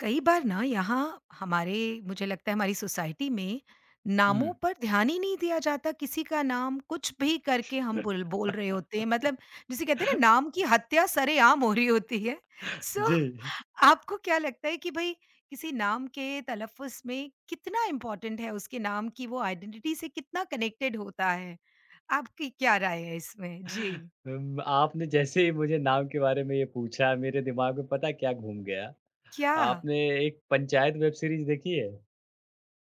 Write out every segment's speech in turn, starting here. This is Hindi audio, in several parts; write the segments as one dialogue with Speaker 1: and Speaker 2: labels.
Speaker 1: कई बार ना यहाँ हमारे मुझे लगता है हमारी सोसाइटी में
Speaker 2: हुँ,
Speaker 1: नामों पर ध्यान ही नहीं दिया जाता किसी का नाम कुछ भी करके हम बोल बोल रहे होते हैं मतलब जिसे कहते हैं ना नाम की हत्या सरेआम हो रही होती है सो
Speaker 2: जी।
Speaker 1: आपको क्या लगता है कि भाई किसी नाम के तलफ़ुज़ में कितना इम्पोर्टेंट है उसके नाम की वो आइडेंटिटी से कितना कनेक्टेड होता है? आपकी क्या राय है इसमें? जी।
Speaker 2: आपने जैसे ही मुझे नाम के बारे में ये पूछा, मेरे दिमाग में पता है क्या घूम गया?
Speaker 1: क्या?
Speaker 2: आपने एक पंचायत वेब सीरीज़ देखी है?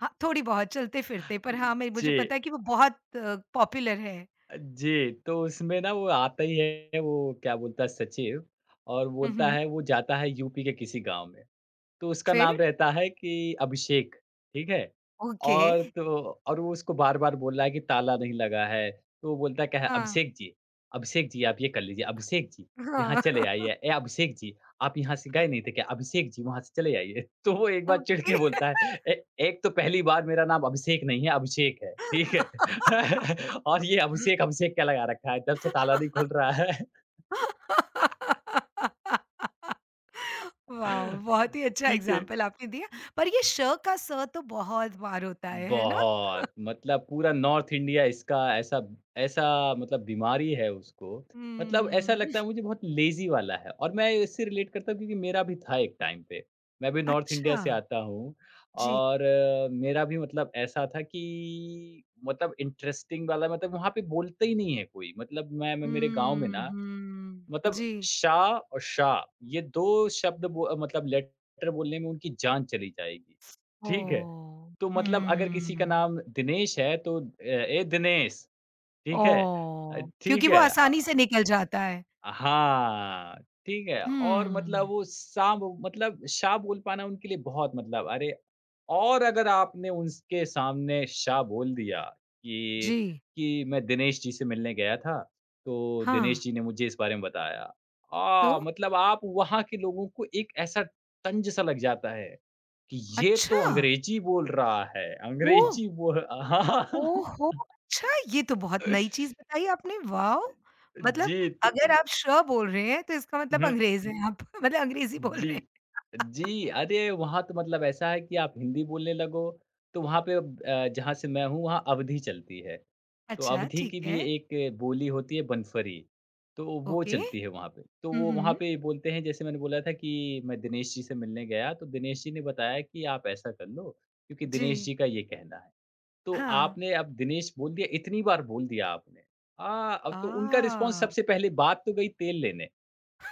Speaker 1: हाँ, थोड़ी बहुत चलते-फिरते पर हाँ मैं मुझे
Speaker 2: जी।
Speaker 1: पता है कि वो बहुत पॉपुलर है।
Speaker 2: जी, तो उसमें ना वो आता ही है, वो क्या बोलता है सचिव और
Speaker 1: हुँ,
Speaker 2: बोलता
Speaker 1: हुँ।
Speaker 2: है वो जाता है यूपी के किसी गाँव में। तो उसका
Speaker 1: फिर?
Speaker 2: नाम रहता है कि अभिषेक, ठीक है?
Speaker 1: ओके।
Speaker 2: और तो और वो उसको बार-बार बोल रहा है कि ताला नहीं लगा है, तो वो बोलता क्या है,
Speaker 1: हाँ।
Speaker 2: अभिषेक जी, आप ये कर लीजिए, अभिषेक जी, यहाँ
Speaker 1: हाँ,
Speaker 2: चले आइए। ए अभिषेक जी, आप यहाँ से गए नहीं थे क्या? अभिषेक जी, वहाँ से चले आइए।" तो वो एक बार चिढ़
Speaker 1: ओके।
Speaker 2: के बोलता है, "ए एक तो पहली बार मेरा नाम अभिषेक नहीं है, अभिषेक है, ठीक है? और ये अभिषेक, अभिषेक क्या लगा रखा है, जब से ताला नहीं खुल रहा है।"
Speaker 1: वॉव! बहुत ही अच्छा
Speaker 2: ठीक है।
Speaker 1: एग्ज़ाम्पल आपने दिया। पर ये श का स तो बहुत बार होता है ना?
Speaker 2: बहुत, मतलब पूरा नॉर्थ इंडिया इसका ऐसा ऐसा मतलब बीमारी है उसको। मतलब ऐसा
Speaker 1: हुँ।
Speaker 2: लगता है मुझे बहुत लेज़ी वाला है और मैं इससे रिलेट करता हूँ क्योंकि मेरा भी था एक टाइम पे। मैं भी नॉर्थ इंडिया
Speaker 1: अच्छा,
Speaker 2: से आता हूँ
Speaker 1: जी।
Speaker 2: और मेरा भी मतलब ऐसा था कि मतलब इंटरेस्टिंग वाला मतलब वहाँ पे बोलता ही नहीं है कोई। मतलब मैं मेरे गाँव में
Speaker 1: हुँ,
Speaker 2: ना
Speaker 1: हुँ।
Speaker 2: मतलब
Speaker 1: जी।
Speaker 2: शाह और शाह ये 2 शब्द बो मतलब लेटर बोलने में उनकी जान चली जाएगी, ठीक है?
Speaker 1: ओह!
Speaker 2: तो मतलब अगर किसी का
Speaker 1: हुँ।
Speaker 2: नाम दिनेश है तो ए दिनेश ठीक है अ,
Speaker 1: ओह! क्योंकि
Speaker 2: ठीक
Speaker 1: वो
Speaker 2: है अ
Speaker 1: आसानी से निकल जाता है।
Speaker 2: हाँ, ठीक है और मतलब
Speaker 1: हुँ।
Speaker 2: वो सा मतलब शा बोल पाना उनके लिए बहुत मतलब अरे और अगर आपने उसके सामने शा बोल दिया कि
Speaker 1: जी।
Speaker 2: कि मैं दिनेश जी से मिलने गया था, तो
Speaker 1: हाँ,
Speaker 2: दिनेश जी ने मुझे इस बारे में बताया। आ,
Speaker 1: तो?
Speaker 2: मतलब आप वहाँ के लोगों को एक ऐसा तंज सा लग जाता है, कि ये तो
Speaker 1: अच्छा!
Speaker 2: अंग्रेजी बोल रहा है,
Speaker 1: ओह!
Speaker 2: अंग्रेजी बोल हाँ,
Speaker 1: ओहो! अच्छा, ये तो बहुत नई चीज़ बताई आपने, वाओ! मतलब
Speaker 2: जी, त
Speaker 1: अगर आप "श" बोल रहे हैं तो इसका मतलब
Speaker 2: हुँ।
Speaker 1: अंग्रेज़ हैं आप, मतलब अंग्रेज़ी बोल रहे
Speaker 2: जी।
Speaker 1: हैं।
Speaker 2: जी, अरे वहाँ तो मतलब ऐसा है कि आप हिंदी बोलने लगो, तो वहाँ पे जहाँ से मैं हूँ वहाँ अवधी चलती है। तो
Speaker 1: अच्छा,
Speaker 2: अवधी
Speaker 1: ठीक
Speaker 2: की भी
Speaker 1: है,
Speaker 2: एक बोली होती है बनफरी, तो वो
Speaker 1: ओके।
Speaker 2: चलती है वहाँ पे। तो
Speaker 1: हुँ,
Speaker 2: वो वहाँ
Speaker 1: हुँ।
Speaker 2: पे बोलते हैं जैसे मैंने बोला था कि मैं दिनेश जी से मिलने गया, तो दिनेश जी ने बताया कि आप ऐसा कर लो, क्योंकि दिनेश
Speaker 1: जी,
Speaker 2: जी का ये कहना है। तो
Speaker 1: हाँ।
Speaker 2: आपने अब दिनेश बोल दिया, इतनी बार बोल दिया आपने। आ अब तो उनका रिस्पॉन्स
Speaker 1: आ
Speaker 2: सबसे पहले बात तो गई तेल लेने।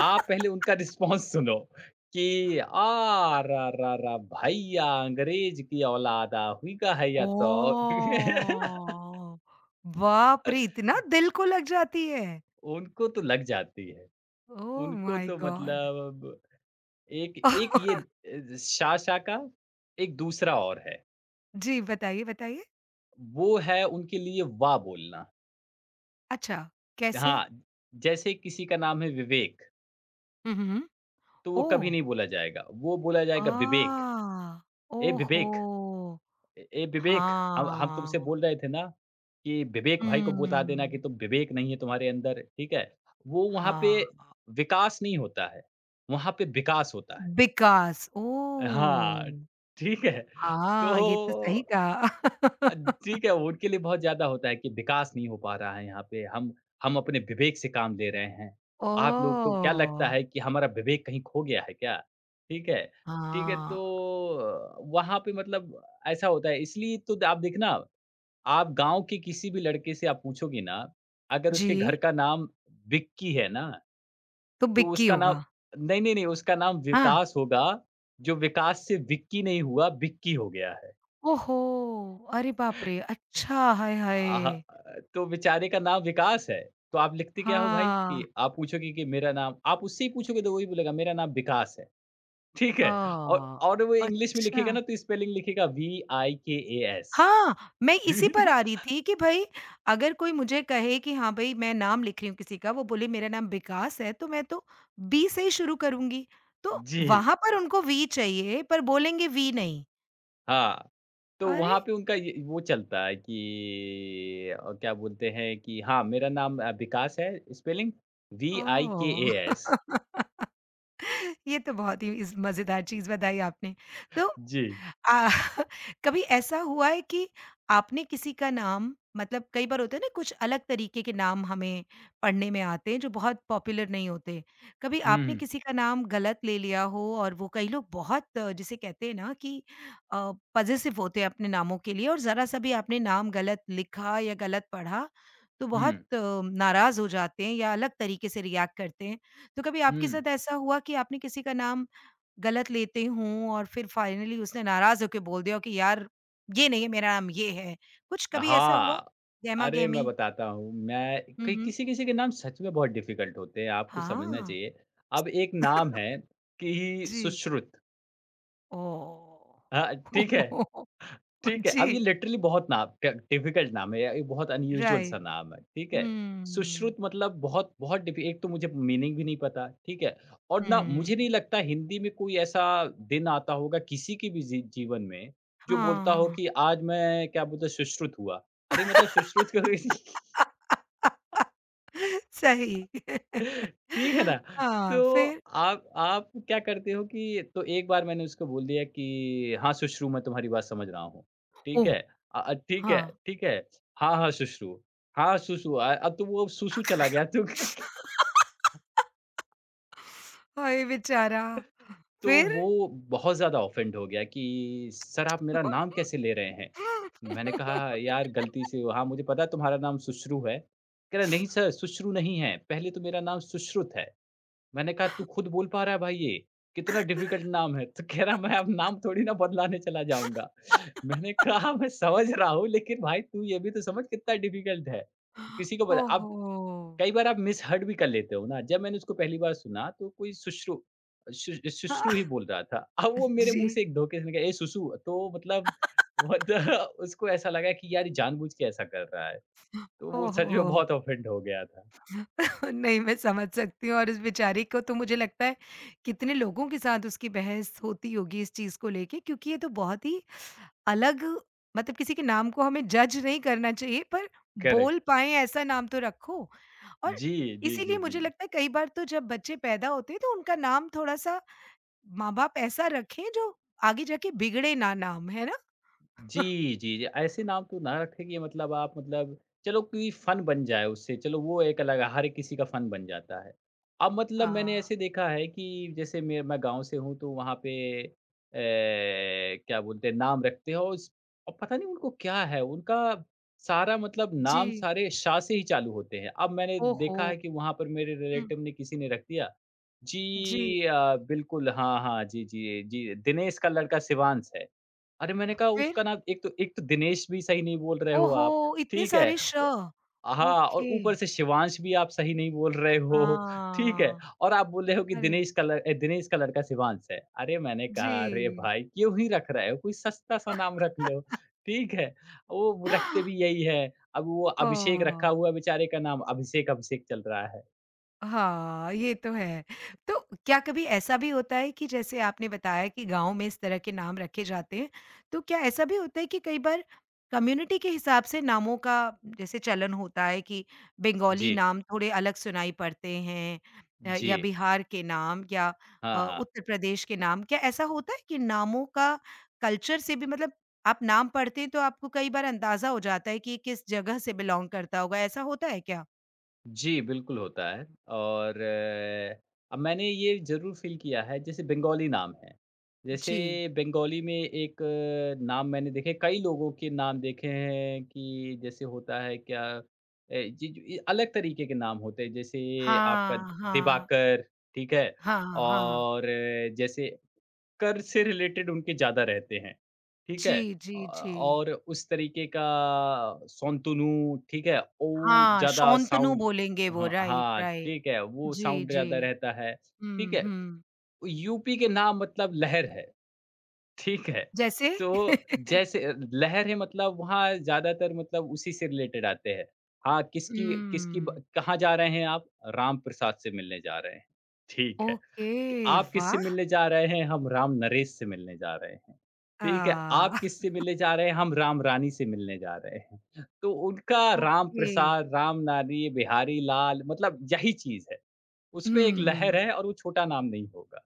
Speaker 2: आप पहले उनका रिस्पॉन्स सुनो कि आ रा रा रा भैया अंग्रेज की औलादा हुईगा है या तो
Speaker 1: ओह! बाप रे! इतना दिल को लग जाती है।
Speaker 2: उनको तो लग जाती है।
Speaker 1: ओह
Speaker 2: उनको
Speaker 1: माय
Speaker 2: तो
Speaker 1: गॉड!
Speaker 2: मतलब एक एक ये शा-शा का एक दूसरा और है।
Speaker 1: जी, बताइए, बताइए।
Speaker 2: वो है उनके लिए वाह बोलना।
Speaker 1: अच्छा, कैसे?
Speaker 2: हाँ, जैसे किसी का नाम है विवेक,
Speaker 1: हुँ, हुँ।
Speaker 2: तो वो कभी
Speaker 1: ओह!
Speaker 2: नहीं बोला जाएगा। वो बोला
Speaker 1: आ
Speaker 2: जाएगा
Speaker 1: ओहो!
Speaker 2: विवेक।" ए ए विवेक, हम तुमसे
Speaker 1: हाँ।
Speaker 2: बोल रहे थे ना कि विवेक भाई को बता देना कि
Speaker 1: हुँ।
Speaker 2: तुम विवेक नहीं है तुम्हारे अंदर, ठीक है? वो वहाँ पे
Speaker 1: हाँ,
Speaker 2: विकास नहीं होता है, वहाँ पे विकास होता है।
Speaker 1: विकास
Speaker 2: हाँ,
Speaker 1: ओह!
Speaker 2: ठीक है। तो
Speaker 1: हाँ, ये तो सही
Speaker 2: अ,
Speaker 1: कहा।
Speaker 2: ठीक है, उनके लिए बहुत ज़्यादा होता है कि विकास नहीं हो पा रहा है यहाँ पे, हम अपने विवेक से काम ले रहे हैं। आप लोग को क्या लगता
Speaker 1: ओह!
Speaker 2: है कि हमारा विवेक कहीं खो गया है क्या? ठीक है, ठीक है, तो
Speaker 1: हाँ,
Speaker 2: वहाँ पे मतलब ऐसा होता है इसलिए तो आप देखना आप गाँव के किसी भी लड़के से आप पूछोगे ना, अगर उसके घर
Speaker 1: जी,
Speaker 2: का नाम विक्की है ना,
Speaker 1: तो
Speaker 2: तो
Speaker 1: विक्की
Speaker 2: उसका नाम
Speaker 1: होगा।
Speaker 2: नहीं, उसका नाम
Speaker 1: हाँ,
Speaker 2: विकास होगा, जो विकास से विक्की नहीं हुआ, बिक्की हो गया है।
Speaker 1: ओहो! अरे बाप रे! अच्छा, हाय हाय!
Speaker 2: तो बेचारे का नाम विकास है, तो आप लिखते क्या हो भाई
Speaker 1: हाँ,
Speaker 2: कि आप पूछोगे कि मेरा नाम आप उससे ही पूछोगे तो वही बोलेगा मेरा नाम विकास है, ठीक
Speaker 1: अ,
Speaker 2: है? और वो इंग्लिश में
Speaker 1: अच्छा।
Speaker 2: लिखेगा ना तो स्पेलिंग लिखेगा वी आई के ए एस।
Speaker 1: हाँ, मैं इसी पर आ रही थी कि भई अगर कोई मुझे कहे कि हाँ भई मैं नाम लिख रही हूँ किसी का, वो बोले मेरा नाम विकास है, तो मैं तो बी से ही शुरू करूँगी। तो
Speaker 2: जी,
Speaker 1: वहाँ पर उनको वी चाहिए पर बोलेंगे वी नहीं।
Speaker 2: हाँ। तो
Speaker 1: अरे!
Speaker 2: वहाँ पे उनका ये वो चलता है कि क्या बोलते हैं कि हाँ, मेरा नाम विकास है स्पेलिंग
Speaker 1: ओह!
Speaker 2: वी-आई-के-ए-एस।
Speaker 1: ये तो बहुत ही इस मज़ेदार चीज़ बताई आपने। तो
Speaker 2: जी।
Speaker 1: आ, कभी ऐसा हुआ है कि आपने किसी का नाम मतलब कई बार होता है ना कुछ अलग तरीके के नाम हमें पढ़ने में आते हैं जो बहुत पॉपुलर नहीं होते। कभी आपने
Speaker 2: हुँ,
Speaker 1: किसी का नाम गलत ले लिया हो और वो कई लोग बहुत जिसे कहते हैं ना कि पजेसिव होते हैं अपने नामों के लिए और ज़रा-सा भी आपने नाम गलत लिखा या गलत पढ़ा, तो बहुत
Speaker 2: हुँ,
Speaker 1: नाराज़ हो जाते हैं या अलग तरीके से रिएक्ट करते हैं। तो कभी
Speaker 2: हुँ।
Speaker 1: आपके साथ ऐसा हुआ कि आपने किसी का नाम गलत लेते हों और फिर फाइनली उसने नाराज़ होके बोल दिया हो कि यार ये नहीं है मेरा नाम ये है। कुछ कभी ऐसा हुआ?
Speaker 2: हाँ, अरे मैं
Speaker 1: गहमा-गहमी?
Speaker 2: बताता हूँ, मैं
Speaker 1: हुँ,
Speaker 2: कई
Speaker 1: हुँ।
Speaker 2: किसी-किसी के नाम सच में बहुत डिफ़िकल्ट होते हैं, आपको समझना
Speaker 1: हाँ।
Speaker 2: चाहिए। अब एक नाम है कि
Speaker 1: जी।
Speaker 2: सुश्रुत
Speaker 1: ओह!
Speaker 2: हाँ, ठीक है? ठीक है, अब ये
Speaker 1: जी,
Speaker 2: लिटरली बहुत नाम ट डिफ़िकल्ट नाम है या ये बहुत अनयूजुअल सा
Speaker 1: राइट।
Speaker 2: नाम है, ठीक है?
Speaker 1: हुँ,
Speaker 2: सुश्रुत मतलब बहुत बहुत डिफ़ि एक तो मुझे मीनिंग भी नहीं पता, ठीक है? और ना मुझे
Speaker 1: हुँ,
Speaker 2: नहीं लगता हिंदी में कोई ऐसा दिन आता होगा किसी के भी जीवन में, जो बोलता हो
Speaker 1: हाँ।
Speaker 2: कि आज मैं क्या बोलते हैं सुश्रुत हुआ। अरे मतलब सुश्रुत करो
Speaker 1: सही।
Speaker 2: ठीक है ना?
Speaker 1: हाँ,
Speaker 2: तो
Speaker 1: फिर?
Speaker 2: आप क्या करते हो कि तो एक बार मैंने उसको बोल दिया कि हाँ, सुश्रू मैं तुम्हारी बात समझ रहा हूँ। ठीक
Speaker 1: ओह!
Speaker 2: है। ठीक है,
Speaker 1: हाँ।
Speaker 2: ठीक है। हाँ, हाँ, सुश्रू। हाँ, सुसु अब तो वो सुसु चला गया तो
Speaker 1: हाय बेचारा!
Speaker 2: तो
Speaker 1: फिर?
Speaker 2: वो बहुत ज़्यादा ऑफेंड हो गया कि सर आप मेरा नाम कैसे ले रहे हैं? मैंने कहा यार गलती से हाँ, मुझे पता है तुम्हारा नाम सुश्रू है। कह रहा नहीं सर, सुश्रू नहीं है, पहले तो मेरा नाम सुश्रुत है। मैंने कहा, "तू खुद बोल पा रहा है भाई ये? कितना डिफ़िकल्ट नाम है।" तो कह रहा, "मैं अब नाम थोड़ी ना बदलाने चला जाऊँगा।" मैंने कहा, "मैं समझ रहा हूँ, लेकिन भाई तू ये भी तो समझ कितना डिफ़िकल्ट है। किसी को बता" अब
Speaker 1: ओहो!
Speaker 2: कई बार आप मिसहर्ड भी कर लेते हो ना। जब मैंने उसको पहली बार सुना तो कोई सुश्रु शु शुश्रु
Speaker 1: हाँ,
Speaker 2: ही बोल रहा था। अब वो मेरे
Speaker 1: जी।
Speaker 2: मुँह से एक धोखे से निकला, "ए सुसु" तो मतलब बहुत उसको ऐसा लगा कि यार ये जानबूझ के ऐसा कर रहा है। तो वो सच में
Speaker 1: ओहो!
Speaker 2: बहुत ऑफ़ेंड हो गया था।
Speaker 1: नहीं, मैं समझ सकती हूँ और उस बेचारी को तो मुझे लगता है कितने लोगों के साथ उसकी बहस होती होगी इस चीज़ को लेके क्योंकि ये तो बहुत ही अलग मतलब किसी के नाम को हमें जज नहीं करना चाहिए पर बोल
Speaker 2: करेक्ट।
Speaker 1: पाएँ ऐसा नाम तो रखो और इसीलिए
Speaker 2: जी।
Speaker 1: मुझे लगता है कई बार तो जब बच्चे पैदा होते हैं तो उनका नाम थोड़ा-सा माँ-बाप ऐसा रखें जो आगे जाके बिगड़े ना नाम, है ना?
Speaker 2: जी। ऐसे नाम तो ना रखें कि मतलब आप मतलब चलो कि फ़न बन जाए उससे, चलो वो एक अलग है, हर किसी का फ़न बन जाता है। अब मतलब मैंने
Speaker 1: हाँ।
Speaker 2: ऐसे देखा है कि जैसे मैं गाँव से हूँ तो वहाँ पे अ, क्या बोलते हैं नाम रखते हैं और पता नहीं उनको क्या है, उनका सारा मतलब
Speaker 1: जी।
Speaker 2: नाम सारे शाह से ही चालू होते हैं। अब मैंने
Speaker 1: ओहो!
Speaker 2: देखा है कि वहाँ पर मेरे
Speaker 1: हुँ।
Speaker 2: रिलेटिव ने किसी ने रख दिया,
Speaker 1: जी।
Speaker 2: बिल्कुल हाँ, जी, दिनेश का लड़का शिवांश है। अरे, मैंने कहा
Speaker 1: फिर?
Speaker 2: उसका नाम एक तो दिनेश भी सही नहीं बोल रहे हो
Speaker 1: ओहो!
Speaker 2: आप,
Speaker 1: इतने
Speaker 2: ठीक है।
Speaker 1: सारे श!
Speaker 2: अ, हाँ, और
Speaker 1: ओके।
Speaker 2: ऊपर से शिवांश भी आप सही नहीं बोल रहे हो, ठीक है।
Speaker 1: हाँ।
Speaker 2: और आप बोल रहे हो कि
Speaker 1: अरे!
Speaker 2: दिनेश का लड़का शिवांश है। अरे, मैंने
Speaker 1: जी।
Speaker 2: कहा अरे भाई क्यों ही रख रहे हो? कोई सस्ता-सा नाम रख लो, ठीक है। वो रखते भी यही है। अब वो अभिषेक
Speaker 1: ओह!
Speaker 2: रखा हुआ है बेचारे का नाम, अभिषेक, अभिषेक चल रहा है।
Speaker 1: हाँ, ये तो है। तो क्या कभी ऐसा भी होता है कि जैसे आपने बताया कि गाँव में इस तरह के नाम रखे जाते हैं, तो क्या ऐसा भी होता है कि कई बार कम्युनिटी के हिसाब से नामों का जैसे चलन होता है कि बंगाली
Speaker 2: जी,
Speaker 1: नाम थोड़े अलग सुनाई पड़ते हैं
Speaker 2: जी।
Speaker 1: या बिहार के नाम या
Speaker 2: हाँ, हाँ।
Speaker 1: उत्तर प्रदेश के नाम, क्या ऐसा होता है कि नामों का कल्चर से भी मतलब आप नाम पढ़ते हैं तो आपको कई बार अंदाज़ा हो जाता है कि ये किस जगह से बिलॉन्ग करता होगा, ऐसा होता है क्या?
Speaker 2: जी, बिल्कुल होता है और अब मैंने ये ज़रूर फ़ील किया है जैसे बंगाली नाम है। जैसे
Speaker 1: जी।
Speaker 2: बंगाली में एक अ, नाम मैंने देखे कई लोगों के नाम देखे हैं कि जैसे होता है क्या अ, जी ज अलग तरीके के नाम होते हैं जैसे आपका
Speaker 1: हाँ, हाँ।
Speaker 2: दिवाकर, ठीक है?
Speaker 1: हाँ, हाँ।
Speaker 2: और जैसे कर से रिलेटेड उनके ज़्यादा रहते हैं, ठीक है?
Speaker 1: जी, जी, जी।
Speaker 2: और उस तरीके का शंतनु, ठीक है? ओ
Speaker 1: हाँ,
Speaker 2: ज़्यादा
Speaker 1: शौंतनु
Speaker 2: साउंड
Speaker 1: बोलेंगे वो
Speaker 2: हाँ,
Speaker 1: राइट,
Speaker 2: हाँ,
Speaker 1: राइट।
Speaker 2: ठीक है, वो
Speaker 1: जी,
Speaker 2: साउंड
Speaker 1: जी।
Speaker 2: ज़्यादा रहता है, ठीक
Speaker 1: हुँ,
Speaker 2: है?
Speaker 1: हुँ।
Speaker 2: यूपी के नाम मतलब लहर है, ठीक है?
Speaker 1: जैसे?
Speaker 2: तो जैसे लहर है मतलब वहाँ ज़्यादातर मतलब उसी से रिलेटेड आते हैं। हाँ, किसकी किसकी ब
Speaker 1: हुँ।
Speaker 2: कहाँ जा रहे हैं आप? राम प्रसाद से मिलने जा रहे हैं, ठीक है।
Speaker 1: ओके,
Speaker 2: कि आप किससे
Speaker 1: वाह!
Speaker 2: मिलने जा रहे हैं? हम राम नरेश से मिलने जा रहे हैं।
Speaker 1: अ,
Speaker 2: ठीक है, आप किससे मिलने जा रहे हैं? हम राम रानी से मिलने जा रहे हैं। तो उनका राम
Speaker 1: ओके।
Speaker 2: प्रसाद, राम नारी, बिहारी लाल मतलब यही चीज़ है। उसमें एक लहर
Speaker 1: हुँ।
Speaker 2: है और वो छोटा नाम नहीं होगा।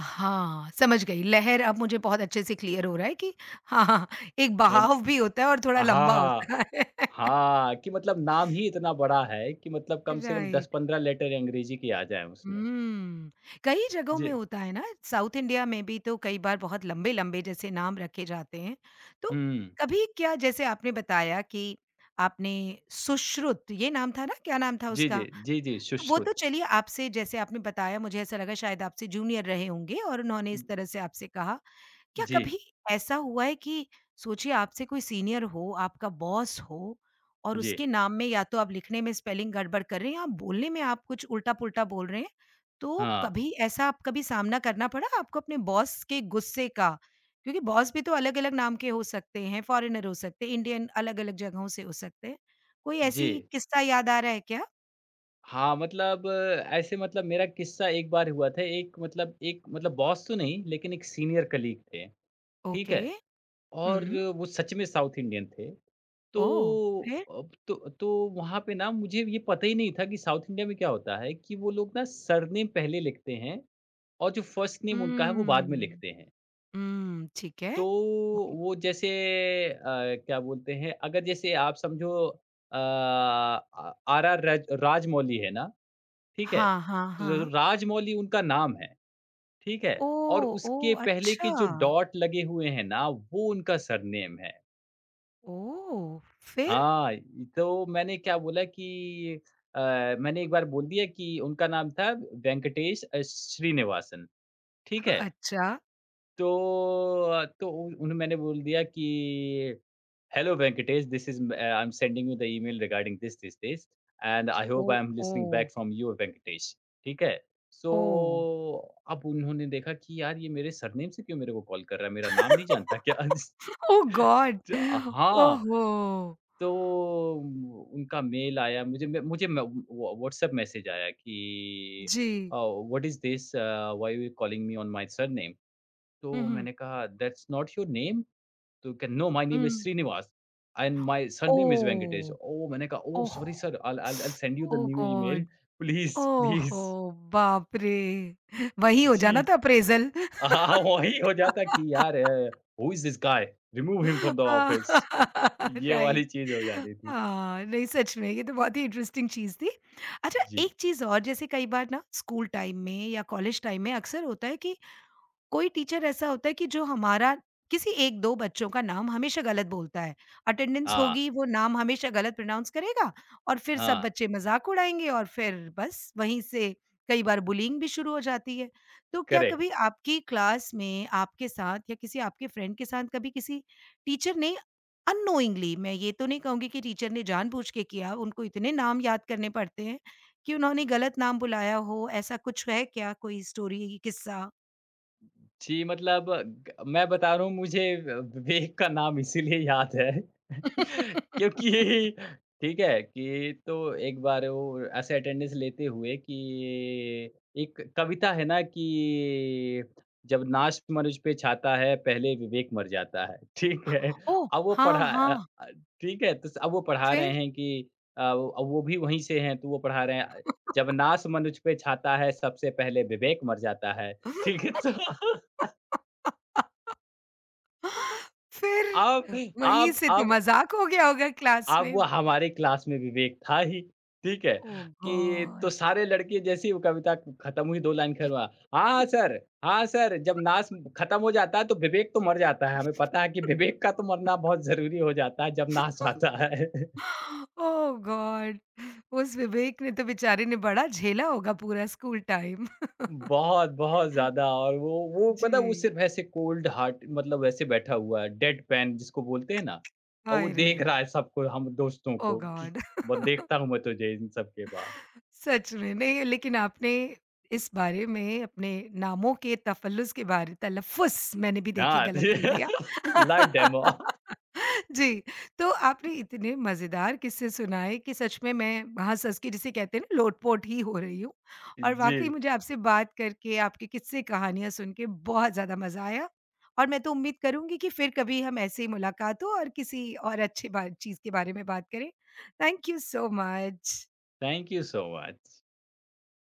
Speaker 1: हाँ, समझ गई। लहर अब मुझे बहुत अच्छे से क्लियर हो रहा है कि हाँ, हाँ, एक
Speaker 2: अ,
Speaker 1: बहाव भी होता है और थोड़ा
Speaker 2: हाँ,
Speaker 1: लंबा
Speaker 2: हाँ।
Speaker 1: होता है।
Speaker 2: हाँ, कि मतलब नाम ही इतना बड़ा है कि मतलब कम से कम
Speaker 1: राइट।
Speaker 2: 10-15 लेटर अंग्रेज़ी के आ जाएँ उसमें।
Speaker 1: हुँ। कई जगहों में
Speaker 2: जी।
Speaker 1: होता है ना, साउथ इंडिया में भी तो कई बार बहुत लंबे-लंबे जैसे नाम रखे जाते हैं। तो
Speaker 2: हुँ।
Speaker 1: कभी क्या जैसे आपने बताया कि आपने सुश्रुत ये नाम था ना, क्या नाम था
Speaker 2: जी, जी।
Speaker 1: उसका?
Speaker 2: जी, जी,
Speaker 1: तो वो तो
Speaker 2: सुश्रुत।
Speaker 1: चलिए आपसे जैसे आपने बताया मुझे ऐसा लगा शायद आपसे जूनियर रहे होंगे और उन्होंने इस तरह से आपसे कहा। क्या
Speaker 2: जी,
Speaker 1: कभी ऐसा हुआ है कि सोचिए आपसे कोई सीनियर हो, आपका बॉस हो और
Speaker 2: जी।
Speaker 1: उसके नाम में या तो आप लिखने में स्पेलिंग गड़बड़ कर रहे हैं या बोलने में आप कुछ उल्टा-पुल्टा बोल रहे हैं, तो
Speaker 2: हाँ।
Speaker 1: कभी ऐसा आप कभी सामना करना पड़ा आपको अपने बॉस के गुस्से का? क्योंकि बॉस भी तो अलग-अलग नाम के हो सकते हैं, फॉरेनर हो सकते हैं, इंडियन अलग-अलग जगहों से हो सकते हैं। कोई
Speaker 2: जी।
Speaker 1: ऐसी किस्सा याद आ रहा है क्या?
Speaker 2: हाँ, मतलब अ, ऐसे मतलब मेरा किस्सा एक बार हुआ था, एक मतलब बॉस तो नहीं, लेकिन एक सीनियर कलीग थे, ठीक
Speaker 1: ओके।
Speaker 2: है?
Speaker 1: हुँ।
Speaker 2: और वो सच में साउथ इंडियन थे। तो
Speaker 1: ओह! फिर?
Speaker 2: अब तो वहाँ पे ना मुझे ये पता ही नहीं था कि साउथ इंडिया में क्या होता है कि वो लोग ना सरनेम पहले लिखते हैं और जो फर्स्ट नेम उनका है, वो बाद में
Speaker 1: हुँ।
Speaker 2: लिखते हैं।
Speaker 1: हुँ, ठीक है।
Speaker 2: तो
Speaker 1: ओके।
Speaker 2: वो जैसे अ, क्या बोलते हैं, अगर जैसे आप समझो अ, आ आर.आर. राजमौली है ना, ठीक है?
Speaker 1: हाँ, हाँ,
Speaker 2: र
Speaker 1: हाँ।
Speaker 2: राजमौली उनका नाम है, ठीक है? और
Speaker 1: ओह!
Speaker 2: उसके
Speaker 1: ओह!
Speaker 2: पहले
Speaker 1: अच्छा।
Speaker 2: के जो डॉट लगे हुए हैं ना, वो उनका सरनेम है।
Speaker 1: ओह! फिर?
Speaker 2: हाँ, ये तो मैंने क्या बोला कि अ, मैंने एक बार बोल दिया कि उनका नाम था वेंकटेश श्रीनिवासन, ठीक है?
Speaker 1: अच्छा।
Speaker 2: तो उ उन्हें मैंने बोल दिया कि Hello, Venkatesh. This is I'm sending you the email regarding this, this, this, and I ji. hope
Speaker 1: oh!
Speaker 2: I'm listening
Speaker 1: oh!
Speaker 2: back from you, Venkatesh. ठीक है?
Speaker 1: ओह!
Speaker 2: So, अब उन्होंने देखा कि यार ये मेरे सरनेम से क्यों मेरे को कॉल कर रहा है? मेरा नाम नहीं जानता क्या?
Speaker 1: Oh god!
Speaker 2: ज हाँ,
Speaker 1: ओहो!
Speaker 2: तो उनका मेल आया मुझे म व्हा व्हाट्सएप मैसेज आया कि
Speaker 1: जी।
Speaker 2: "What is this? Why you are calling me on my surname?" तो
Speaker 1: हुँ, हुँ,
Speaker 2: मैंने कहा, "दैट्स नॉट योर नेम?" तो can "No, my name is
Speaker 1: hmm.
Speaker 2: Srinivas and my surname is
Speaker 1: oh!
Speaker 2: Venkatesh." Oh! मैंने कहा, "oh!
Speaker 1: Oh!
Speaker 2: Sorry sir, I'll I'll send you the
Speaker 1: oh
Speaker 2: new email.
Speaker 1: God!
Speaker 2: Please,
Speaker 1: ओहो!
Speaker 2: please."
Speaker 1: बाप रे! वही हो जाना
Speaker 2: जी,
Speaker 1: था अप्रेज़ल।
Speaker 2: हाँ, वही हो जाता कि यार "Who is this guy? Remove him from the
Speaker 1: हाँ,
Speaker 2: office." ये वाली
Speaker 1: राइट।
Speaker 2: चीज़ हो जाती थी।
Speaker 1: हाँ, नहीं सच में ये तो बहुत ही इंटरेस्टिंग चीज़ थी। अच्छा
Speaker 2: जी।
Speaker 1: एक चीज़ और जैसे कई बार ना स्कूल टाइम में या कॉलेज टाइम में अक्सर होता है कि कोई टीचर ऐसा होता है कि जो हमारा किसी 1-2 बच्चों का नाम हमेशा गलत बोलता है। अटेंडेंस
Speaker 2: हाँ,
Speaker 1: होगी, वो नाम हमेशा गलत प्रोनाउंस करेगा और फिर सब
Speaker 2: हाँ,
Speaker 1: बच्चे मज़ाक उड़ाएँगे और फिर बस वहीं से कई बार बुलिंग भी शुरू हो जाती है। तो क्या
Speaker 2: करेक्ट।
Speaker 1: कभी आपकी क्लास में आपके साथ या किसी आपके फ्रेंड के साथ कभी किसी टीचर ने अननोइंगली, मैं ये तो नहीं कहूँगी कि टीचर ने जानबूझ के किया, उनको इतने नाम याद करने पड़ते हैं कि उन्होंने गलत नाम बुलाया हो, ऐसा कुछ है क्या कोई स्टोरी, किस्सा?
Speaker 2: जी, मतलब ग मैं बता रहा हूँ मुझे व विवेक का नाम इसीलिए याद है क्योंकि ठीक है कि तो एक बार वो ऐसे अटेंडेंस लेते हुए कि एक कविता है ना कि जब नाश मनुज पे छाता है पहले विवेक मर जाता है, ठीक है?
Speaker 1: ओह!
Speaker 2: अब वो
Speaker 1: हाँ,
Speaker 2: पढ़ा अ
Speaker 1: हाँ,
Speaker 2: अ, ठीक है? तो स अब वो पढ़ा रहे
Speaker 1: फिर?
Speaker 2: हैं कि अ, वो अब वो भी वहीं से हैं तो वो पढ़ा रहे हैं जब नाश मनुज पे छाता है सबसे पहले विवेक मर जाता है, ठीक है? तो अब
Speaker 1: फिर वहीं
Speaker 2: अब
Speaker 1: से तो
Speaker 2: अब
Speaker 1: मज़ाक हो गया होगा क्लास
Speaker 2: अब
Speaker 1: में।
Speaker 2: वो हमारे क्लास में विवेक था ही, ठीक है?
Speaker 1: ओह
Speaker 2: कि तो
Speaker 1: गॉड!
Speaker 2: सारे लड़के जैसे ही वो कविता खत्म हुई 2 लाइन करवा, "हाँ सर, हाँ सर" जब नाच खत्म हो जाता है तो विवेक तो मर जाता है, हमें पता है कि विवेक का तो मरना बहुत ज़रूरी हो जाता है जब नाच आता है।
Speaker 1: Oh god! उस विवेक ने तो बेचारे ने बड़ा झेला होगा पूरा स्कूल टाइम।
Speaker 2: बहुत, बहुत ज़्यादा और वो पता है वो
Speaker 1: जी।
Speaker 2: सिर्फ ऐसे कोल्ड हार्ट मतलब ऐसे बैठा हुआ है, डेड पैन जिसको बोलते हैं ना और वो
Speaker 1: हाय रे!
Speaker 2: देख रहा है सबको हम दोस्तों
Speaker 1: ओह
Speaker 2: को कि
Speaker 1: गॉड!
Speaker 2: वो देखता हूँ मैं तुझे इन सब के बाद।
Speaker 1: सच में नहीं लेकिन आपने इस बारे में अपने नामों के तफ़ल्लुस के बारे तलफ़्फ़ुज़ मैंने भी देखिए
Speaker 2: Ah,
Speaker 1: गलत बोल दिया।
Speaker 2: live demo.
Speaker 1: जी, तो आपने इतने मज़ेदार किस्से सुनाए कि सच में मैं हँस-हँस के जिसे कहते हैं ना लोट-पोट ही हो रही हूँ और
Speaker 2: जी,
Speaker 1: वाक़ई मुझे आपसे बात करके, आपके किस्से कहानियाँ सुन के बहुत ज़्यादा मज़ा आया और मैं तो उम्मीद करूँगी कि फिर कभी हम ऐसे ही मुलाकात हो और किसी और अच्छे बा चीज़ के बारे में बात करें। Thank you so much.
Speaker 2: Thank you so much.